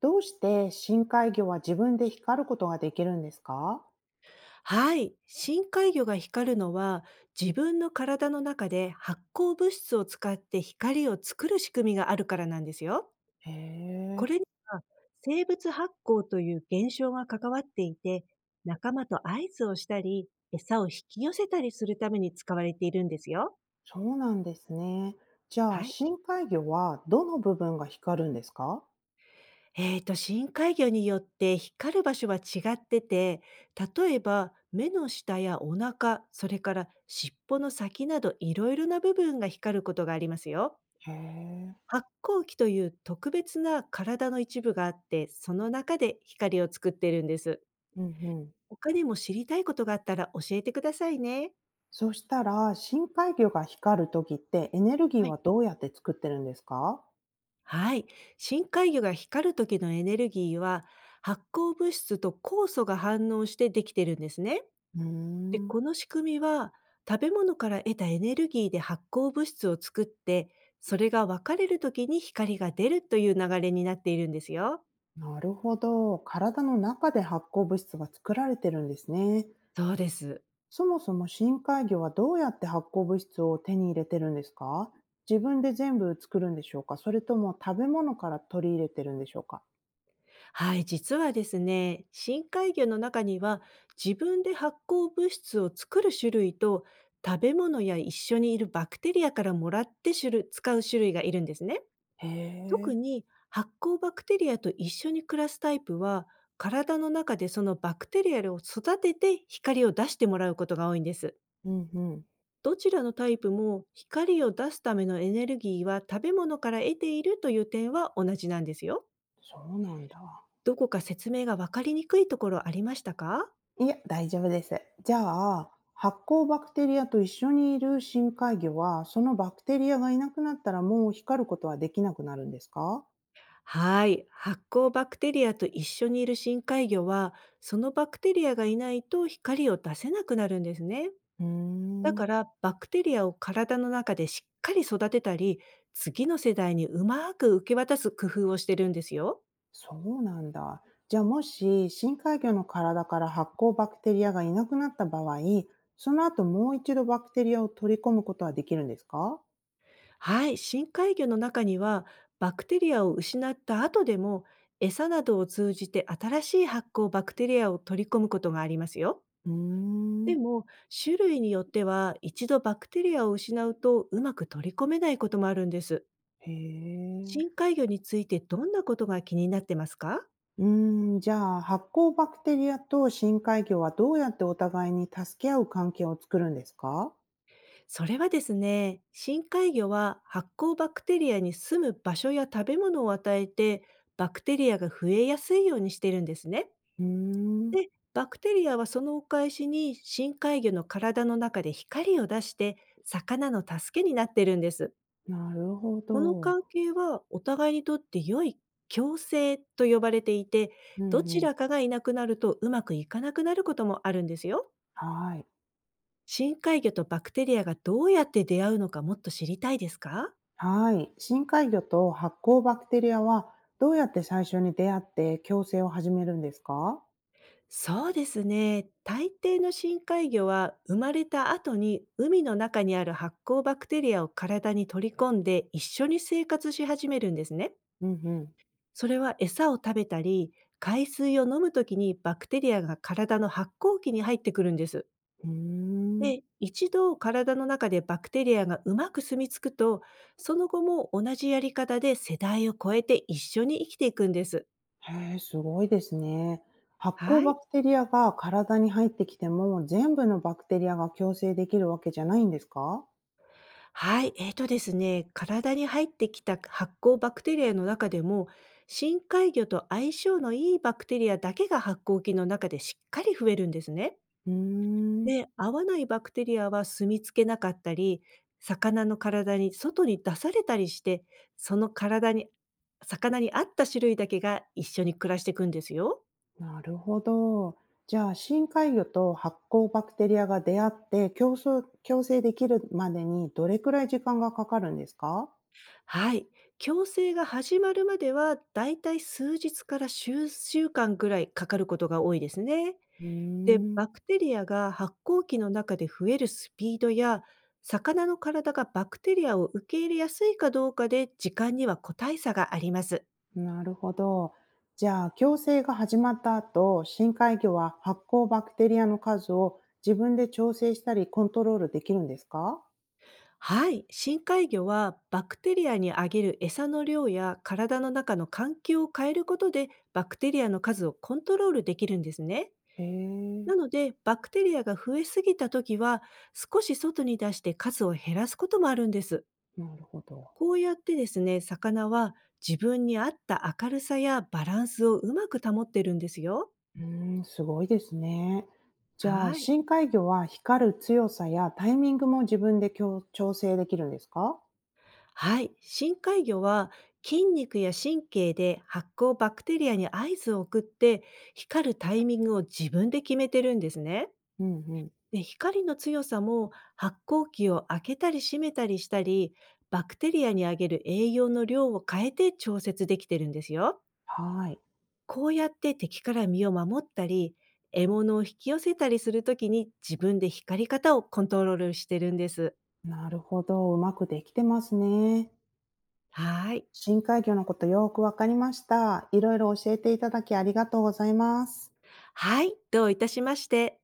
どうして深海魚は自分で光ることができるんですか？はい。深海魚が光るのは、自分の体の中で発光物質を使って光を作る仕組みがあるからなんですよ。へこえ、れには生物発光という現象が関わっていて、仲間と合図をしたり、餌を引き寄せたりするために使われているんですよ。そうなんですね。じゃあはい。深海魚はどの部分が光るんですか？深海魚によって光る場所は違ってて、例えば目の下やお腹、それから尻尾の先などいろいろな部分が光ることがありますよ。へえ、発光器という特別な体の一部があって、その中で光を作っているんです。うんうん。他にも知りたいことがあったら教えてくださいね。そしたら深海魚が光るときってエネルギーははい。どうやって作ってるんですか？はい。深海魚が光る時のエネルギーは、発光物質と酵素が反応してできてるんですね。うーで、ん、この仕組みは、食べ物から得たエネルギーで発光物質を作って、それが分かれる時に光が出るという流れになっているんですよ。なるほど。体の中で発光物質が作られてるんですね。そうです。そもそも深海魚はどうやって発光物質を手に入れてるんですか？自分で全部作るんでしょうか？それとも食べ物から取り入れてるんでしょうか？はい、実はですね、深海魚の中には自分で発光物質を作る種類と、食べ物や一緒にいるバクテリアからもらって種類使う種類がいるんですね。へ特え、に発酵バクテリアと一緒に暮らすタイプは、体の中でそのバクテリアを育てて光を出してもらうことが多いんです。うんうん。どちらのタイプも光を出すためのエネルギーは食べ物から得ているという点は同じなんですよ。そうなんだ。どこか説明がわかりにくいところありましたか？いや、大丈夫です。じゃあ、発光バクテリアと一緒にいる深海魚は、そのバクテリアがいなくなったらもう光ることはできなくなるんですか？はい。発酵バクテリアと一緒にいる深海魚は、そのバクテリアがいないと光を出せなくなるんですね。うーだん。から、バクテリアを体の中でしっかり育てたり、次の世代にうまく受け渡す工夫をしてるんですよ。そうなんだ。じゃあ、もし深海魚の体から発酵バクテリアがいなくなった場合、その後もう一度バクテリアを取り込むことはできるんですか？はい、深海魚の中には、バクテリアを失った後でも、餌などを通じて新しい発酵バクテリアを取り込むことがありますよ。うーん。でも、種類によっては、一度バクテリアを失うとうまく取り込めないこともあるんです。へえ。深海魚についてどんなことが気になってますか？うーん、じゃあ発酵バクテリアと深海魚はどうやってお互いに助け合う関係を作るんですか？それはですね、深海魚は発酵バクテリアに住む場所や食べ物を与えて、バクテリアが増えやすいようにしてるんですね。うーん、で、バクテリアはそのお返しに深海魚の体の中で光を出して、魚の助けになってるんです。なるほこのど。関係はお互いにとって良い共生と呼ばれていて、うどんうちん。らかがいなくなるとうまくいかなくなることもあるんですよ。はい。深海魚とバクテリアがどうやって出会うのか、もっと知りたいですか？はい。深海魚と発酵バクテリアはどうやって最初に出会って共生を始めるんですか？そうですね。大抵の深海魚は生まれた後に海の中にある発酵バクテリアを体に取り込んで、一緒に生活し始めるんですね。うんうん。それは餌を食べたり、海水を飲むときにバクテリアが体の発酵器に入ってくるんです。うーん。で、一度体の中でバクテリアがうまく住み着くと、その後も同じやり方で世代を超えて一緒に生きていくんです。へえ、すごいですね。発酵はバい。クテリアが体に入ってきても全部のバクテリアが共生できるわけじゃないんですか？はい、えーとですね、体に入ってきた発酵バクテリアの中でも、深海魚と相性のいいバクテリアだけが発酵器の中でしっかり増えるんですね。うーん。で、合わないバクテリアは住みつけなかったり、魚の体に外に出されたりして、その体に、魚に合った種類だけが一緒に暮らしていくんですよ。なるほど。じゃあ、深海魚と発酵バクテリアが出会って共生できるまでにどれくらい時間がかかるんですか？はい。矯正が始まるまでは、だいたい数日から数週間ぐらいかかることが多いですね。うで、ーん。バクテリアが発酵期の中で増えるスピードや、魚の体がバクテリアを受け入れやすいかどうかで時間には個体差があります。なるほど。じゃあ、共生が始まった後、深海魚は発酵バクテリアの数を自分で調整したりコントロールできるんですか？はい。深海魚はバクテリアにあげる餌の量や体の中の環境を変えることで、バクテリアの数をコントロールできるんですね。えなえ、ので、バクテリアが増えすぎた時は、少し外に出して数を減らすこともあるんです。なるほど。こうやってですね、魚は自分に合った明るさやバランスをうまく保ってるんですよ。うーん、すごいですね。じゃあ、はい。深海魚は光る強さやタイミングも自分で強調整できるんですか？はい。深海魚は筋肉や神経で発光バクテリアに合図を送って、光るタイミングを自分で決めてるんですね。うんうん。で、光の強さも発光器を開けたり閉めたりしたり、バクテリアにあげる栄養の量を変えて調節できてるんですよ。はい。こうやって敵から身を守ったり、獲物を引き寄せたりするときに自分で光り方をコントロールしてるんです。なるほど。うまくできてますね。はーい。深海魚のことよくわかりました。いろいろ教えていただきありがとうございます。はい、どういたしまして。